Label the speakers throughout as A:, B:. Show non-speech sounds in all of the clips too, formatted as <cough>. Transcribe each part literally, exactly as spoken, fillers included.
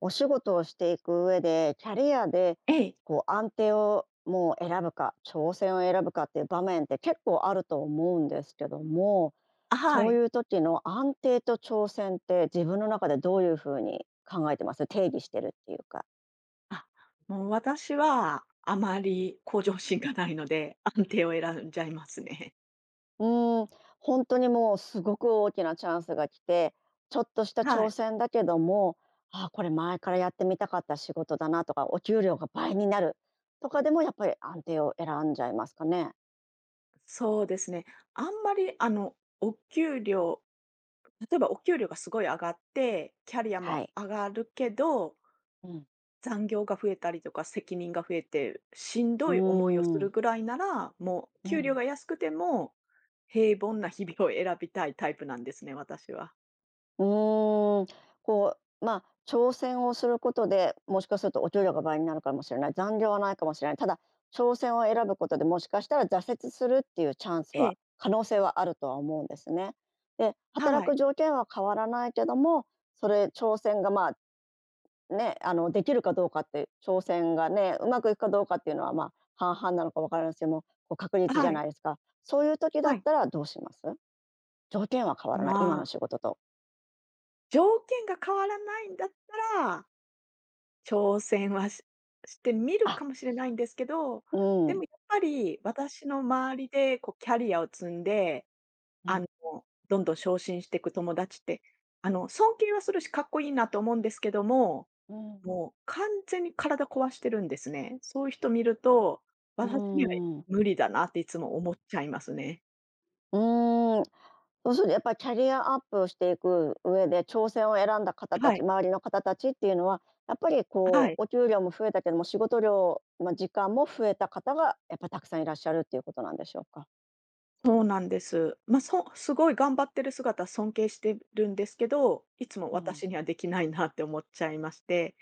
A: お仕事をしていく上で、キャリアで
B: ええ。
A: こう安定をもう選ぶか、挑戦を選ぶかっていう場面って結構あると思うんですけども、
B: あ、は
A: そう
B: い。
A: いう時の安定と挑戦って自分の中でどういうふうに考えてます？定義してるっていうか。
B: あ、もう私はあまり向上心がないので、安定を選んじゃいますね。
A: うーん、本当にもうすごく大きなチャンスが来て、ちょっとし
B: <laughs>
A: た
B: は
A: 挑
B: い。
A: 戦だけども、あ、これ前からやってみたかった仕事だなとか、お給料が倍になるとかでもやっぱり安定を選んじゃいますかね？
B: そうですね。あんまりあの、お給料例えばお給料がすごい上がって、キャリア
A: は
B: も
A: い。
B: 上がるけど、
A: うん、
B: 残業が増えたりとか、責任が増えて、しん
A: う
B: どい思いをす
A: ー
B: る
A: ん、
B: ぐらいなら、もう
A: う
B: 給料
A: ん、
B: が安くても、平凡な日々を選びたいタイプなんですね、私は。
A: うーん、こう、まあ、挑戦をすることで、もしかするとお給料が倍になるかもしれない、残業はないかもしれない、ただ挑戦を選ぶことで、もしかしたら挫折するっていうチャンス
B: え
A: は
B: え、
A: 可能性はあるとは思うんですね。で、
B: は
A: 働
B: い。
A: く条件は変わらないけども、それ挑戦が、まあ、ね、あの、できるかどうかって、挑戦がね、うまくいくかどうかっていうのは、まあ、半々なのかわからないですけども、こう確率じゃ
B: は
A: な
B: い、
A: いですか。そういう時だ
B: は
A: っ
B: い。
A: たらどうします？条件は変わらない、今
B: ま
A: の
B: あ、
A: 仕事と。
B: 条件が変わらないんだったら、挑戦はししてみる
A: あ、
B: かもしれないんですけど、
A: う
B: でも
A: ん。
B: やっぱり私の周りでこうキャリアを積んで、
A: うんう
B: あ
A: ん。
B: の、どんどん昇進していく友達って、あの、尊敬はするし、かっこいいなと思うんですけども、
A: うん。
B: もう完全に体壊してるんですね。そういう人見ると、
A: う
B: 私には
A: ーん。
B: 無理だなっていつも思っちゃいますね。
A: そうするとやっぱりキャリアアップをしていく上で、挑戦を選んだ方た
B: は
A: ち、
B: い、
A: 周りの方たちっていうのは、やっぱり
B: は
A: こ
B: い。
A: う、お給料も増えたけども、仕事量、まあ、時間も増えた方がやっぱたくさんいらっしゃるっていうことなんでしょうか？
B: そうなんです。まあ、そすごい頑張ってる姿尊敬してるんですけど、いつも
A: うん。
B: 私にはできないなって思っちゃいまして、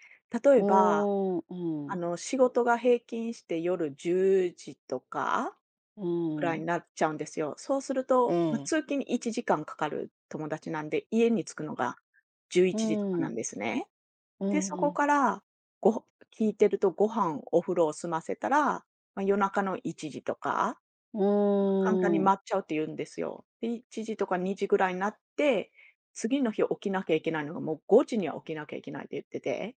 B: 例え
A: うー
B: ば、
A: ん、う
B: あ
A: ん、
B: の、仕事が平均して夜じゅうじとか
A: うー
B: ぐらいに
A: ん、
B: なっちゃうんですよ。そうする
A: え
B: と、まあ、
A: え、
B: 通勤にいちじかんかんかかる友達なんで、家に着くのが11
A: うー
B: 時とかな
A: ん、
B: んですね。
A: う
B: で、そ
A: んう
B: こ
A: ん、
B: から、ご聞いてるとご飯、お風呂を済ませたら、まあ、夜中のいちじとか
A: う
B: 簡単に
A: ー
B: 回
A: ん、
B: っちゃうって言うんですよ。で、いちじとかにじぐらいになって、次の日起きなきゃいけないのが、もうごじには起きなきゃいけないって言ってて、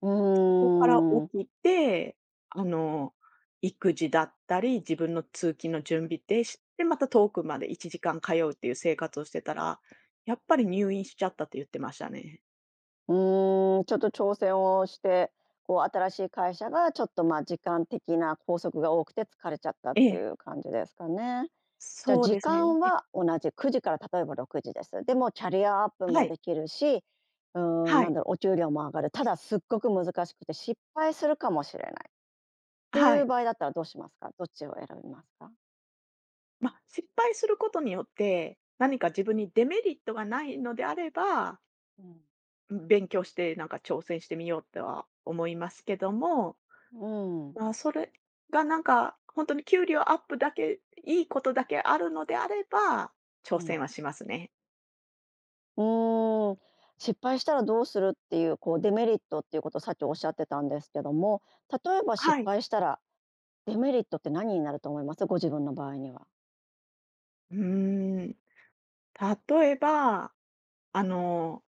A: う
B: でそこから
A: ーん。
B: 起きて、あの、育児だったり、自分の通勤の準備でしで、また遠くまでいちじかん通うっていう生活をしてたら、やっぱり入院しちゃったって言ってましたね。
A: うーん、ちょっと挑戦をして、こう新しい会社がちょっと、ま、時間的な拘束が多くて疲れちゃったっ
B: え
A: て
B: え、
A: いう感じですかね。じゃあ
B: そう
A: 時
B: ですね。
A: 間
B: で、
A: は同じくじから例えばろくじです。でもキャリアアップ
B: は
A: も
B: い、
A: できるし、うーん、
B: は
A: な
B: い、
A: んだろう、お給料も上がる。ただすっごく難しくて失敗するかもしれないって
B: は
A: いう
B: い。
A: 場合だったらどうしますか？どっちを選びますか？
B: まあ、失敗することによって、何か自分にデメリットがないのであれば
A: うん。
B: 勉強して、なんか挑戦してみようとは思いますけども、
A: うん、
B: まあ、それがなんか、本当に給料アップだけ、いいことだけあるのであれば、挑
A: う
B: 戦
A: ん。
B: はしますね。
A: うーん、失敗したらどうするっていう、こうデメリットっていうことをさっきおっしゃってたんですけども、例えば失
B: はい。
A: 敗したらデメリットって何になると思います？ご自分の場合には。
B: うーん。例えば、あの、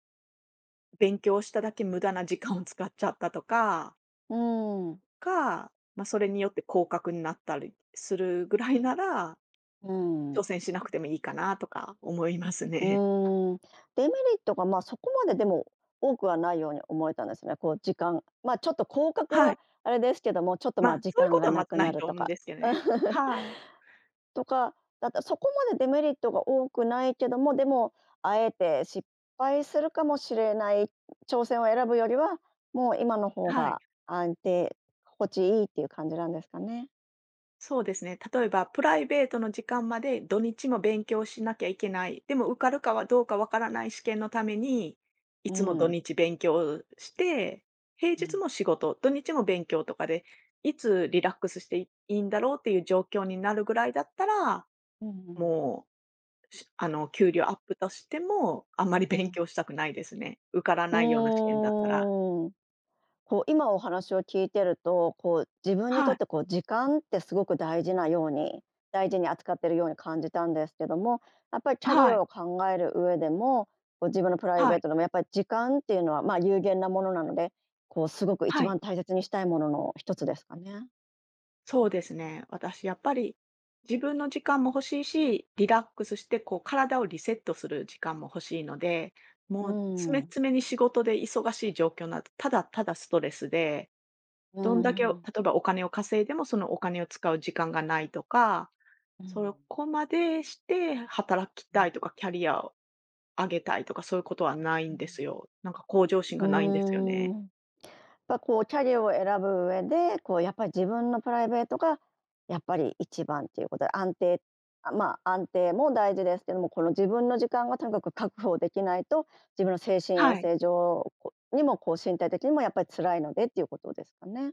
B: 勉強しただけ無駄な時間を使っちゃったとか
A: うーん、
B: か、まあ、それによって降格になったりするぐらいなら、
A: う
B: 挑
A: ん、
B: 戦しなくてもいいかなとか思います
A: う
B: ね。
A: ーん。デメリットが、ま、そこまででも多くはないように思えたんですね。こう時間、ま、ちょっと広角
B: は
A: は
B: い。
A: あれですけども、ちょっと、
B: ま
A: ま、
B: あ、
A: 時
B: そういう
A: 間
B: こと
A: が
B: はま
A: な
B: ず
A: く
B: な
A: な
B: い
A: る
B: と
A: と
B: 思うん
A: か。
B: ですけどね。
A: <laughs>
B: はい。
A: とか、だったらそこまでデメリットが多くないけども、でも、あえて失敗するかもしれない挑戦を選ぶよりは、もう今の方
B: はい、
A: が安定、心地いいっていう感じなんですかね。
B: そうですね。例えば、プライベートの時間まで土日も勉強しなきゃいけない。でも受かるかはどうかわからない試験のために、い
A: う
B: つも土
A: ん。
B: 日勉強して、平
A: う
B: 日
A: ん。
B: も仕事、土日も勉強とかで、いつリラックスしていいんだろうっていう状況になるぐらいだったら、
A: うんうん。
B: もう、しあの、給料アップとしても、あんまり
A: う
B: 勉
A: ん
B: 強したくないですね。受から
A: う
B: ないような試験だったら。
A: ーん。こう今お話を聞いてると、こう自分にと
B: は
A: っ
B: い、
A: てこう時間ってすごく大事なように大事に扱ってるように感じたんですけども、やっぱりキャリ
B: はい、
A: アを考える上でも、こう自分のプライ
B: は
A: ベー
B: い、
A: トでもやっぱり時間っていうのは、ま、有限なものなので、こうすごく一
B: はい。
A: 番大切にしたいものの一つですかね。
B: そうですね。私、やっぱり自分の時間も欲しいし、リラックスして、こう、体をリセットする時間も欲しいので、
A: う
B: もう、詰め
A: ん。
B: 詰めに仕事で忙しい状況など、ただただストレスで、
A: う
B: ど
A: ん
B: ん
A: う
B: だけ、例
A: んうん。
B: えばお金を稼いでも、そのお金を使う時間がないとか、
A: う
B: そこまでして働きた
A: ん。
B: いとか、キャリアを上げたいとか、そういうことはない
A: う
B: んですよ。なんか向上心がないんですよね。
A: ん。ぱこうキャリアを選ぶ上で、こうやっぱり自分のプライベートがやっぱり一番っていうことで、安定あ、まあ、安定も大事ですけども、この自分の時間がとにかく確保できないと、自分の精神衛
B: はい。
A: 生上、こにもこう身体的にもやっぱり辛いのでっていうことですかね。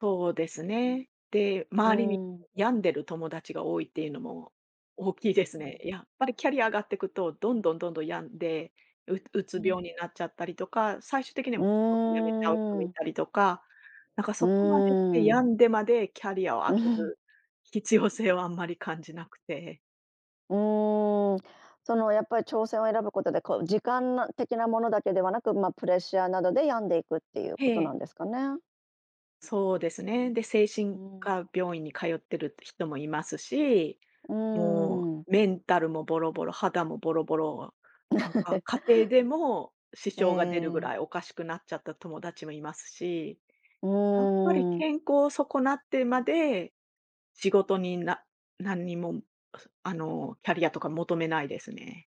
B: そうですね。で、
A: う
B: 周りに
A: ーん。
B: 病んでる友達が多いっていうのも大きいです
A: う
B: ね。
A: ん。
B: やっぱりキャリア上がっていくと、どんどんどんどん病んで、ううつ
A: う
B: 病に
A: ん。
B: なっちゃったりとか、最終的には
A: う
B: もう仕事辞めちゃう人も
A: ー
B: い
A: ん。
B: たりとか、なんか
A: う
B: そ
A: ー
B: こまでして
A: ん。
B: 病んでまでキャリアを上げる必要性はあんまり感じなくて。
A: うーん、そのやっぱり挑戦を選ぶことで、こう時間な的なものだけではなく、まあ、プレッシャーなどで病んでいくっていう
B: え
A: ことな
B: え。
A: んですかね？
B: そうですね。で、精
A: う
B: 神
A: ん。
B: 科病院に通ってる人もいますし、
A: うー
B: も
A: ん
B: うメンタルもボロボロ、肌もボロボロ、なんか家
A: <laughs>。
B: 庭でも支障が出るぐら
A: え
B: いおかしくなっちゃった友達もいますし、
A: ーう
B: やっぱり
A: ーん、
B: 健康を損なってまで、仕事にな何にも、あの、キャリアとか求めないですね。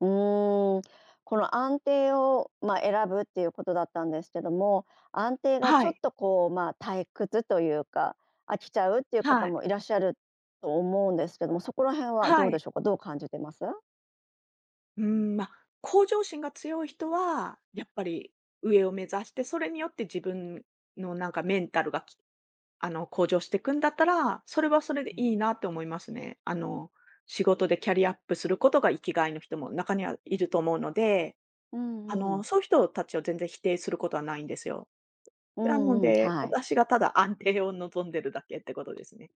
A: うーん。この安定を、まあ、選ぶっていうことだったんですけども、安定が
B: は
A: ちょっ
B: い、
A: とこう、まあ、退屈というか、飽きちゃうっていう方
B: はい、
A: もいらっしゃると思うんですけども、そこら辺はど
B: は
A: うで
B: い。
A: しょうか？どう感じてます？
B: うーん、まあ、向上心が強い人は、やっぱり上を目指して、それによって自分のなんかメンタルが、きあの、向上していくんだったら、それはそれで
A: うん。
B: いいなって思いますね。あの、仕事でキャリアアップすることが生きがいの人も中にはいると思うので、
A: う
B: あ
A: んう
B: の、
A: ん。
B: そういう人たちを全然否定することはないんですよ。
A: う
B: なの
A: んうん、
B: で、
A: はい。
B: 私がただ安定を望んでるだけってことですね。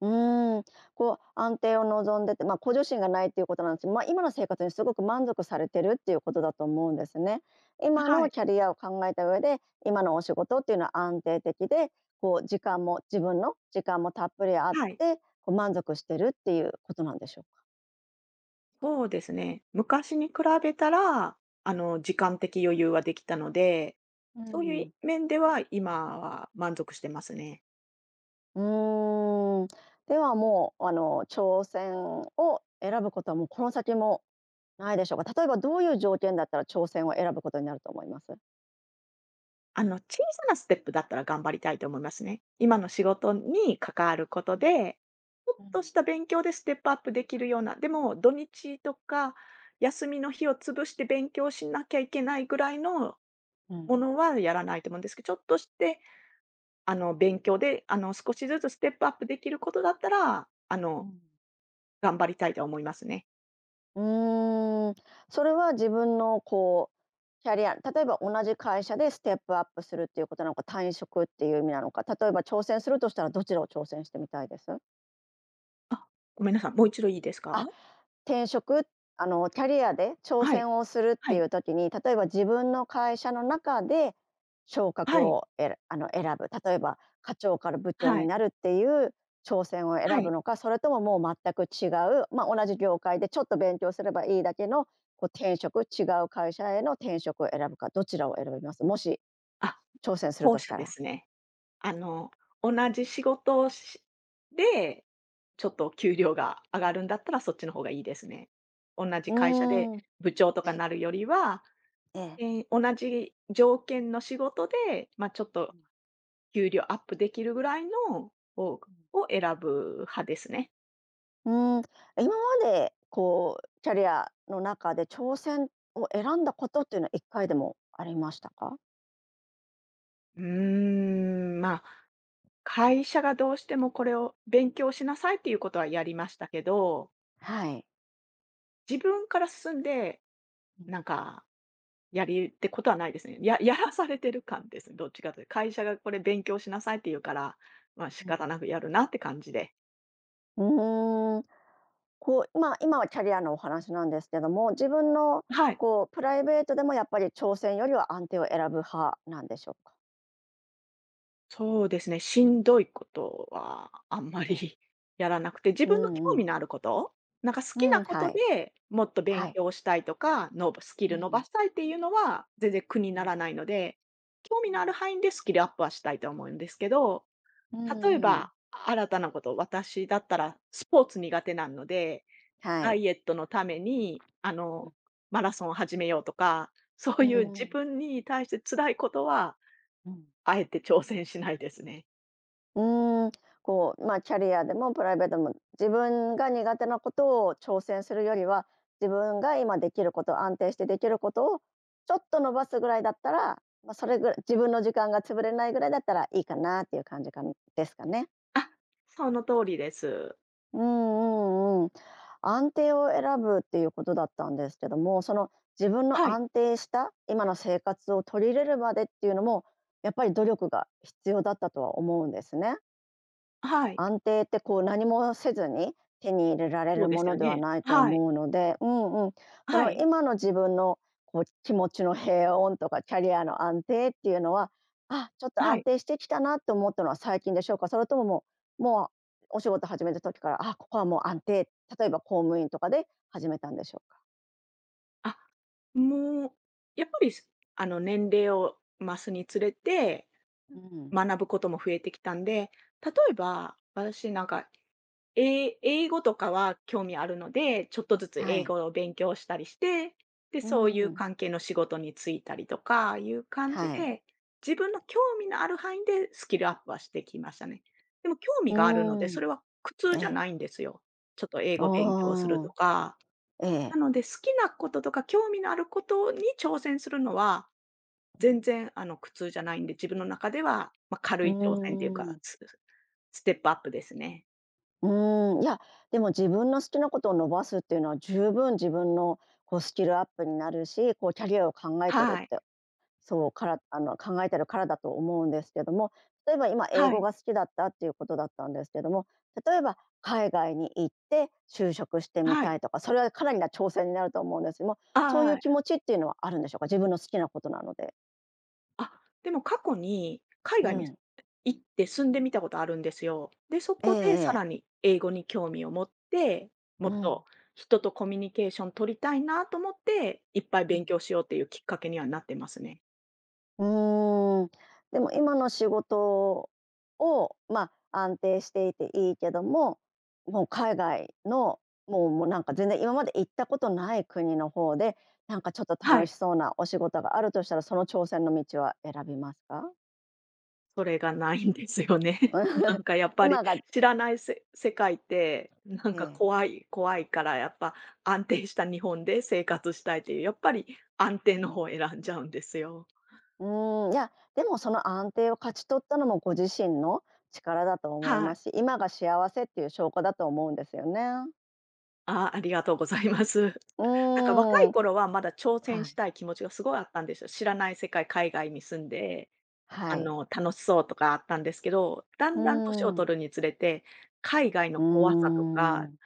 A: うーん、こう安定を望んでて、まあ、向上心がないっていうことなんですけど。まあ、今の生活にすごく満足されてるっていうことだと思うんですね。今
B: は
A: の
B: い。
A: キャリアを考えた上で、今のお仕事っていうのは安定的で、こう時間も自分の時間もたっぷりあっ
B: はい。
A: て、こう満足してるっていうことなんでしょうか？
B: そうですね。昔に比べたら、あの、時間的余裕はできたので、
A: う
B: そうい
A: ん。
B: う面では今は満足してますね。
A: うーん、ではもう、あの、挑戦を選ぶことはもうこの先もないでしょうか？例えばどういう条件だったら挑戦を選ぶことになると思います？
B: あの、小さなステップだったら頑張りたいと思いますね。今の仕事に関わるこ
A: う
B: と
A: ん、
B: で、ちょっ
A: う
B: と
A: ん、
B: した勉強でステップアップできるような、でも土日とか休みの日を潰して勉強しなきゃいけないぐらいの
A: うん。
B: ものはやらないと思うんですけど、ちょっとして、あの、勉強で、あの、少しずつステップアップできることだったら、あ
A: う
B: の、
A: ん。
B: 頑張りたいと思いますね。
A: うーん、それは自分のこう、キャリア、例えば同じ会社でステップアップするっていうことなのか、退職っていう意味なのか、例えば挑戦するとしたらどちらを挑戦してみたいです？
B: あ、ごめんなさい、もういちどいいですか？
A: あ、転職、あの、キャリアで挑
B: はい、
A: 戦をするっ
B: は
A: てい
B: い、
A: う時に、例えば自分の会社の中で昇
B: は
A: 格
B: い、
A: をえらあの、選ぶ。例えば課長から部長
B: は
A: に
B: い、
A: なるっていう挑戦を
B: は
A: 選ぶ
B: い。
A: のか、それとももう全く違う、まあ、同じ業界でちょっと勉強すればいいだけの、こう転職、違う会社への転職を選ぶか、どちらを選びます？もし
B: あ、
A: 挑戦する
B: 後
A: とし
B: 者
A: た
B: で
A: ら。
B: すね。あの、同じ仕事をしで、ちょっと給料が上がるんだったら、そっちの方がいいですね。同じ
A: う
B: 会社で
A: ーん。
B: 部長と
A: え
B: か
A: え。
B: なるよりは、
A: ええ。
B: えー同じ条件の仕事で、まあ、ちょっ
A: う
B: と
A: ん。
B: 給料アップできるぐらいのをを選ぶ派ですね。
A: うーん、今までこうキャリアの中で挑戦を選んだことっていうのはいっかいでもありましたか？
B: うーん、まあ、会社がどうしてもこれを勉強しなさいっていうことはやりましたけど、
A: はい。
B: 自分から進んで、
A: うん、
B: なんか、やりってことはないですね。や <laughs> やらされてる感ですね、どっちかというと。会社がこれ勉強しなさいって言うから、まあ、仕
A: うん。
B: 方なくやるなって感じで。
A: うーん、こう、まあ、今はキャリアのお話なんですけども、自分の
B: はい。
A: こうプライベートでもやっぱり挑戦よりは安定を選ぶ派なんでしょうか？
B: そうですね、しんどいことはあんまり
A: ええ。
B: <laughs> やらなくて、自
A: う
B: 分の
A: ん
B: 興
A: う
B: 味
A: ん。
B: のあること、なんか好
A: う
B: きな
A: ん、
B: こ
A: は
B: と
A: い。
B: でもっと勉
A: はい。
B: 強したいとか、のスキ
A: う
B: ル伸ば
A: ん、
B: したいっていうのは全然苦に
A: うん、
B: な
A: うん。
B: らないので、興味のある範囲でスキルアップはしたいと思うんですけど、
A: う
B: 例え
A: んうん。
B: ば新たなこと、私だったらスポーツ苦手なので、
A: は
B: ダ
A: い。
B: イエットのために、あ
A: う
B: の、
A: ん。
B: マラソンを始めようとか、そう
A: う
B: いう
A: んう
B: 自
A: ん。
B: 分に対して辛いことは、
A: うんはいうんうんうん
B: あえて挑戦しないですね。
A: うーん、こう、まあ、キャリアでもプライベートでも、自分が苦手なことを挑戦するよりは、自分が今できること、安定してできることをちょっと伸ばすぐらいだったら、まあ、それぐらい自分の時間が潰れないぐらいだったらいいかなっていう感じかんですかね。
B: あ、その通りです。
A: うんうんうん。安定を選ぶっていうことだったんですけども、その自分の
B: はい。
A: 安定した今の生活を取り入れるまでっていうのも、やっぱり努力が必要だったとは思うんですね。
B: はい。
A: 安定ってこう何もせずに手に入れられ
B: そう
A: る
B: で
A: も
B: すよ
A: のでは
B: ね。
A: ないと
B: はい。
A: 思うので、うんうん、そ
B: は
A: の
B: い。
A: 今の自分のこう気持ちの平穏とかキャリアの安定っていうのは、あ、ちょっと
B: は
A: 安
B: い。
A: 定してきたなって思ったのは最近でしょうか？それとももう、もうお仕事始めた時から、あ、ここはもう安定、例えば公務員とかで始めたんでしょうか？
B: あ、もう、やっぱり、すあの、年齢を増すにつれて、
A: うん、
B: 学ぶことも増えてきたんで、例えば、私なんかえ英語とかは興味あるので、ちょっとずつ
A: は
B: 英
A: い。
B: 語を勉強したりして、で、
A: う
B: そういう
A: ん、
B: 関係の仕事に就いたりとかいう感じ
A: はい。
B: で、自分の興味のある範囲でスキルアップはしてきましたね。でも興味
A: う
B: があるの
A: ー
B: で、そ
A: ん、
B: れは苦痛
A: え
B: じゃ
A: え。
B: ないんですよ。ちょっと英語勉強すると
A: あ
B: か。
A: あ、え
B: な
A: え。
B: ので、好きなこととか興味のあることに挑戦するのは、全然あの苦痛じゃないんで、自分の中では、まあ、軽
A: うー
B: い挑戦っていうか、
A: ん。
B: スステップアップですね。
A: うーん、いや、でも自分の好きなことを伸ばすっていうのは十分自分のこうスキルアップになるし、こうキャリアを考えてる
B: は
A: っ
B: い。
A: て、そうからあの考えてるからだと思うんですけども、例えば今英
B: は
A: 語
B: い。
A: が好きだったっていうことだったんですけども、例えば海外に行って就職してみ
B: は
A: た
B: い。
A: いとか、それはかなりな挑戦になると思うんですけども、そういう気
B: あ
A: 持ちっていうのはあるんでしょうか？自分の好きなことなので。
B: あ、あ、でも過去に海
A: う
B: 外に
A: ん。
B: 行って住んでみたことあるんですよ。で、そ
A: ええ
B: こで
A: え
B: さ
A: え。
B: らに英語に興味を持って、も
A: う
B: っと
A: ん。
B: 人とコミュニケーション取りたいなと思って、いっぱい
A: う
B: 勉
A: ん。
B: 強しようっていうきっかけにはなってますね。
A: うーん、でも今の仕事を、まあ、安定していていいけども、もう海外の、もうもうなんか全然今まで行ったことない国の方で、なんかちょっと
B: は
A: 楽
B: い、
A: しそうなお仕事があるとしたら、その挑戦の道は選びますか？
B: それがないんですよね。<laughs> なん
A: <laughs>
B: かやっぱり
A: 今が
B: 知らないせ世界って、なん
A: え
B: か
A: え、
B: 怖い怖いからやっぱ安定した日本で生活したいっていう、やっぱり安定の
A: う
B: 方
A: ん。
B: を選んじゃうんですよ。
A: うーん、いや、でもその安定を勝ち取ったのもご自身の力だと思い
B: は
A: ま
B: い。
A: すし、今が幸せっていう証拠だと思うんですよね。
B: あ、ありがとうございます。
A: う
B: なんか若
A: ー
B: い
A: ん、
B: 頃はまだ挑戦
A: は
B: し
A: い、
B: たい気持ちがすごいあったんですよ。知らない世界、海外に住んで、あ
A: はい。
B: の、楽しそうとかあったんですけど、だ
A: う
B: んだん年を
A: ん、
B: 取るにつれて、海外の
A: うー
B: 怖さとか、
A: ん、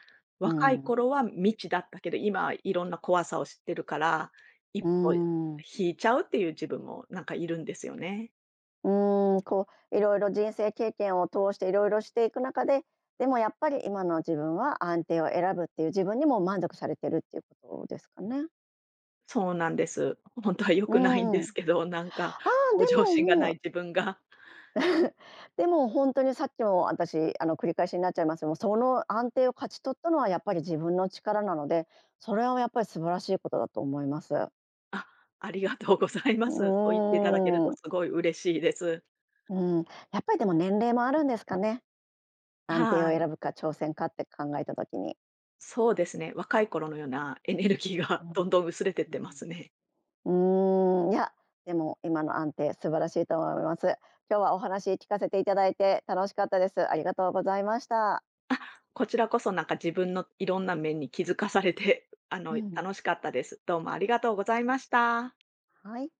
A: う
B: 若い
A: ん、
B: 頃は未知だったけど、今はいろんな怖さを知ってるから、一
A: うー
B: 歩
A: ん、
B: 引いちゃうっていう自分もなんかいるんですよね。
A: うーん、こう、いろいろ人生経験を通していろいろしていく中で、でもやっぱり今の自分は安定を選ぶっていう自分にも満足されてるっていうことですかね。
B: そうなんです。本当は良
A: う
B: くないんで
A: ん。あ
B: すけど、なんか
A: あ、で
B: 向上
A: も
B: 心がな
A: も
B: い
A: う
B: 自分が、
A: <laughs>、でも本当にさっきも私、あの、繰り返しになっちゃいますけども、その安定を勝ち取ったのはやっぱり自分の力なので、それはやっぱり素晴らしいことだと思います。
B: あ、ありがとうございま
A: う
B: す。そう言っていただける
A: ー
B: と
A: ん。
B: すごい嬉しいです。
A: うん、やっぱりでも年齢もあるんですかね。安定を
B: はい。
A: 選ぶか挑戦かって考えた時に。
B: そうですね。若い頃のようなエネルギー
A: う
B: が <laughs> ど
A: ん、
B: んどん薄れてっ
A: う
B: てま
A: ん。
B: すね。
A: ん、いや、でも今の安定素晴らしいと思います。今日はお話聞かせていただいて楽しかったです。ありがとうございました。
B: こちらこそなんか自分のいろんな面に気づかされて、あ
A: う
B: の、
A: ん。
B: 楽しかったです。どうもありがとうございました。
A: はい。